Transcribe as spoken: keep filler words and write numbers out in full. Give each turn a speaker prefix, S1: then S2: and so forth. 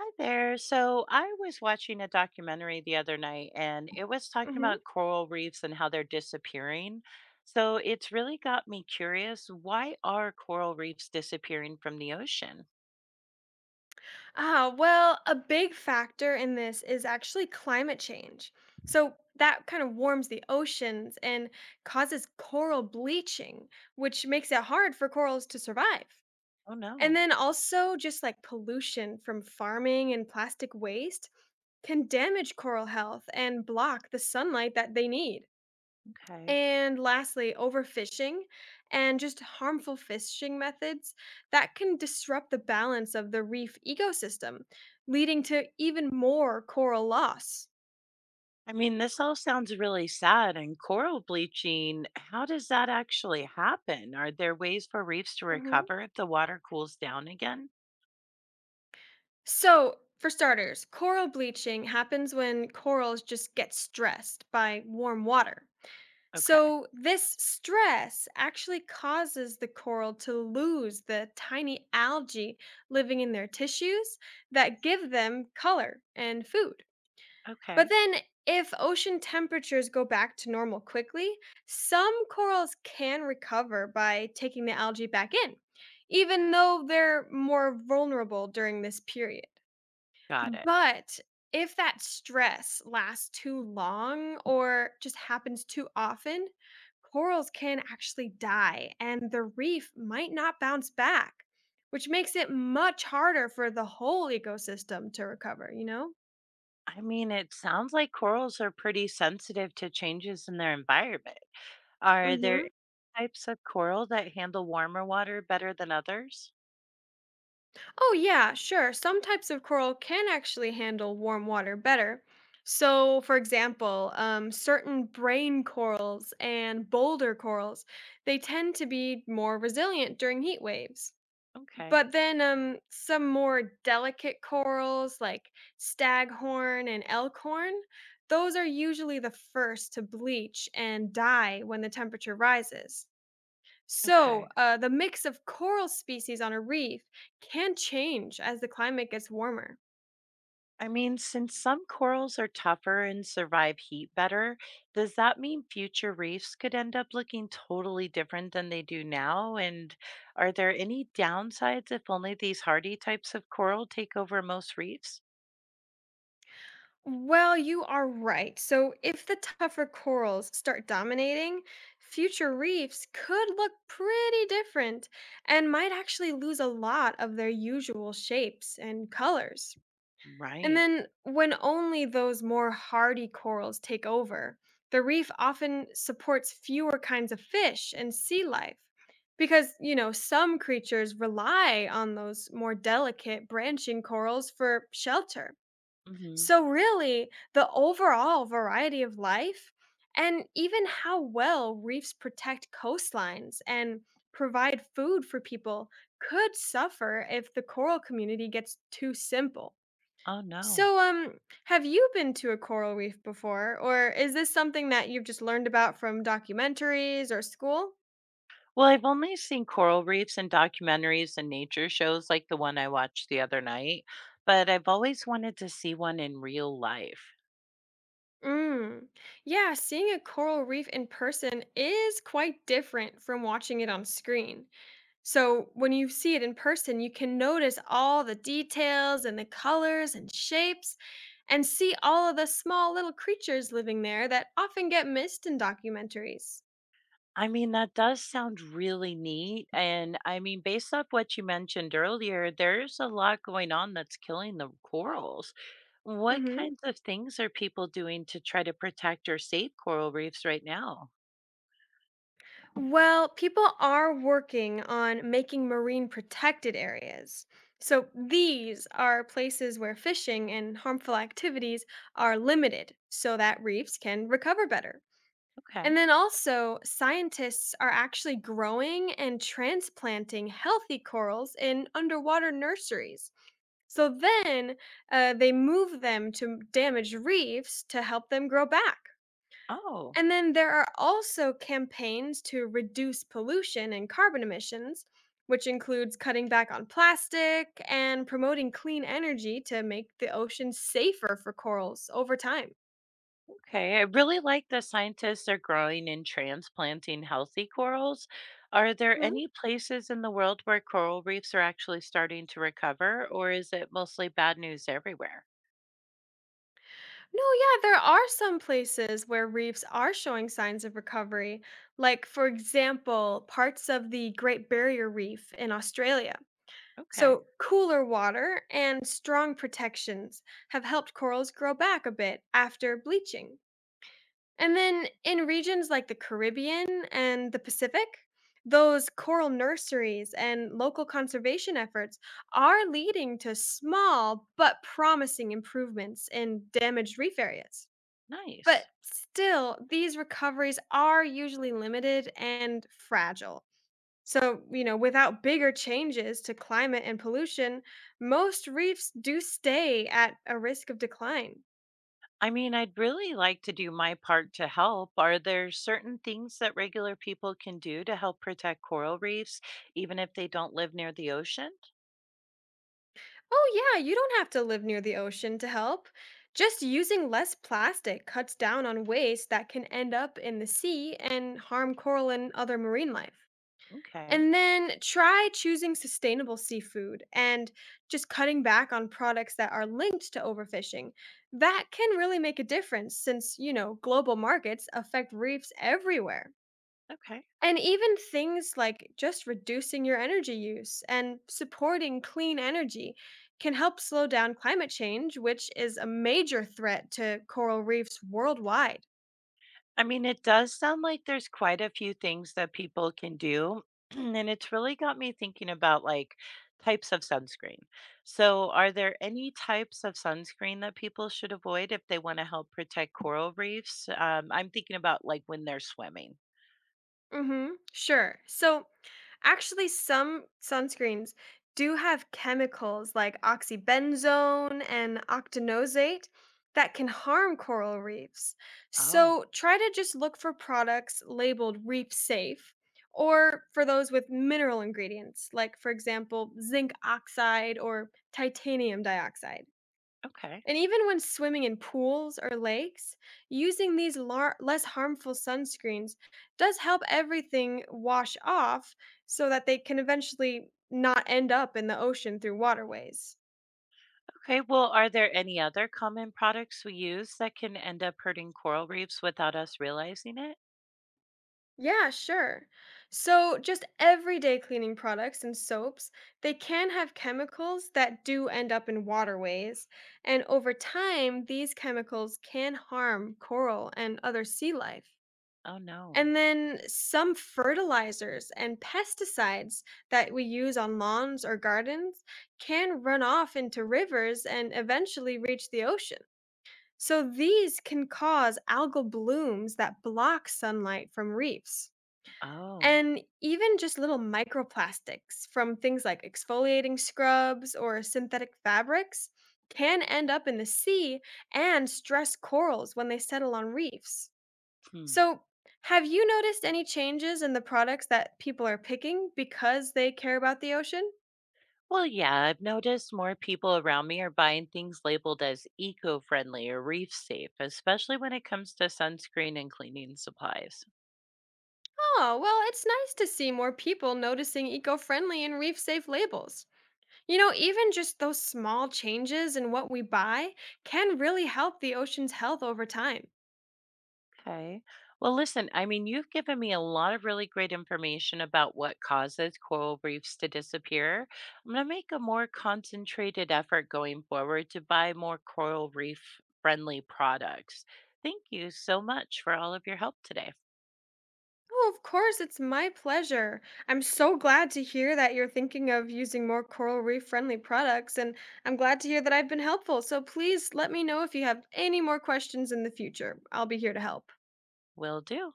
S1: Hi there. So I was watching a documentary the other night and it was talking
S2: Mm-hmm.
S1: about coral reefs and how they're disappearing. So it's really got me curious. Why are coral reefs disappearing from the ocean?
S2: Ah, well, a big factor in this is actually climate change. So that kind of warms the oceans and causes coral bleaching, which makes it hard for corals to survive.
S1: Oh
S2: And
S1: no.
S2: then also, just like pollution from farming and plastic waste can damage coral health and block the sunlight that they need.
S1: Okay.
S2: And lastly, overfishing and just harmful fishing methods that can disrupt the balance of the reef ecosystem, leading to even more coral loss.
S1: I mean, this all sounds really sad. And coral bleaching, how does that actually happen? Are there ways for reefs to
S2: Mhm.
S1: recover if the water cools down again?
S2: So, for starters, coral bleaching happens when corals just get stressed by warm water.
S1: Okay.
S2: So, this stress actually causes the coral to lose the tiny algae living in their tissues that give them color and food. But
S1: Okay.
S2: then, if ocean temperatures go back to normal quickly, some corals can recover by taking the algae back in, even though they're more vulnerable during this period.
S1: Got it.
S2: But if that stress lasts too long or just happens too often, corals can actually die and the reef might not bounce back, which makes it much harder for the whole ecosystem to recover, you know?
S1: I mean, it sounds like corals are pretty sensitive to changes in their environment. Are there
S2: Mhm.
S1: any types of coral that handle warmer water better than others?
S2: Oh, yeah, sure. Some types of coral can actually handle warm water better. So, for example, um, certain brain corals and boulder corals, they tend to be more resilient during heat waves.
S1: Okay.
S2: But then um, some more delicate corals like staghorn and elkhorn, those are usually the first to bleach and die when the temperature rises. So,
S1: Okay.
S2: uh, the mix of coral species on a reef can change as the climate gets warmer.
S1: I mean, since some corals are tougher and survive heat better, does that mean future reefs could end up looking totally different than they do now? And are there any downsides if only these hardy types of coral take over most reefs?
S2: Well, you are right. So, if the tougher corals start dominating, future reefs could look pretty different and might actually lose a lot of their usual shapes and colors. And
S1: Right.
S2: then, when only those more hardy corals take over, the reef often supports fewer kinds of fish and sea life because, you know, some creatures rely on those more delicate branching corals for shelter.
S1: Mhm.
S2: So, really, the overall variety of life and even how well reefs protect coastlines and provide food for people could suffer if the coral community gets too simple.
S1: Oh, no.
S2: So, um, have you been to a coral reef before, or is this something that you've just learned about from documentaries or school?
S1: Well, I've only seen coral reefs in documentaries and nature shows like the one I watched the other night, but I've always wanted to see one in real life.
S2: Mm. Yeah, seeing a coral reef in person is quite different from watching it on screen. So, when you see it in person, you can notice all the details and the colors and shapes and see all of the small little creatures living there that often get missed in documentaries.
S1: I mean, that does sound really neat, and, I mean, based off what you mentioned earlier, there's a lot going on that's killing the corals. What
S2: Mhm.
S1: kinds of things are people doing to try to protect or save coral reefs right now?
S2: Well, people are working on making marine protected areas. So these are places where fishing and harmful activities are limited so that reefs can recover better. And
S1: Okay.
S2: then also, scientists are actually growing and transplanting healthy corals in underwater nurseries. So then uh, they move them to damaged reefs to help them grow back.
S1: Oh,
S2: And then there are also campaigns to reduce pollution and carbon emissions, which includes cutting back on plastic and promoting clean energy to make the ocean safer for corals over time.
S1: okay. I really like the scientists are growing and transplanting healthy corals. Are there
S2: Mhm.
S1: any places in the world where coral reefs are actually starting to recover, or is it mostly bad news everywhere?
S2: No, yeah, there are some places where reefs are showing signs of recovery, like, for example, parts of the Great Barrier Reef in Australia.
S1: Okay,
S2: So, cooler water and strong protections have helped corals grow back a bit after bleaching. And then in regions like the Caribbean and the Pacific, those coral nurseries and local conservation efforts are leading to small but promising improvements in damaged reef areas. But
S1: nice.
S2: still, these recoveries are usually limited and fragile. So, you know, without bigger changes to climate and pollution, most reefs do stay at a risk of decline.
S1: I mean, I'd really like to do my part to help. Are there certain things that regular people can do to help protect coral reefs, even if they don't live near the ocean?
S2: Oh, yeah, you don't have to live near the ocean to help. Just using less plastic cuts down on waste that can end up in the sea and harm coral and other marine life.
S1: Okay.
S2: And then try choosing sustainable seafood and just cutting back on products that are linked to overfishing. That can really make a difference since, you know, global markets affect reefs everywhere.
S1: Okay.
S2: And even things like just reducing your energy use and supporting clean energy can help slow down climate change, which is a major threat to coral reefs worldwide.
S1: I mean, it does sound like there's quite a few things that people can do. And it's really got me thinking about like types of sunscreen. So, are there any types of sunscreen that people should avoid if they want to help protect coral reefs? Um, I'm thinking about like when they're swimming.
S2: Mhm. Sure. So actually, some sunscreens do have chemicals like oxybenzone and octinoxate that can harm coral reefs.
S1: Oh,
S2: So try to just look for products labeled reef safe or for those with mineral ingredients, like, for example, zinc oxide or titanium dioxide.
S1: okay.
S2: And even when swimming in pools or lakes, using these lar- less harmful sunscreens does help everything wash off so that they can eventually not end up in the ocean through waterways.
S1: Okay, well, are there any other common products we use that can end up hurting coral reefs without us realizing it?
S2: Yeah, sure. So, just everyday cleaning products and soaps, they can have chemicals that do end up in waterways. And over time, these chemicals can harm coral and other sea life.
S1: Oh, no.
S2: And then some fertilizers and pesticides that we use on lawns or gardens can run off into rivers and eventually reach the ocean. So these can cause algal blooms that block sunlight from reefs.
S1: Oh,
S2: And even just little microplastics from things like exfoliating scrubs or synthetic fabrics can end up in the sea and stress corals when they settle on reefs.
S1: hmm.
S2: So, have you noticed any changes in the products that people are picking because they care about the ocean?
S1: Well, yeah, I've noticed more people around me are buying things labeled as eco friendly or reef safe, especially when it comes to sunscreen and cleaning supplies.
S2: Oh, well, it's nice to see more people noticing eco friendly and reef safe labels. You know, even just those small changes in what we buy can really help the ocean's health over time.
S1: Okay. Well, listen, I mean, you've given me a lot of really great information about what causes coral reefs to disappear. I'm going to make a more concentrated effort going forward to buy more coral reef friendly products. Thank you so much for all of your help today.
S2: Oh, of course, it's my pleasure. I'm so glad to hear that you're thinking of using more coral reef friendly products, and I'm glad to hear that I've been helpful. So please let me know if you have any more questions in the future. I'll be here to help.
S1: Will do.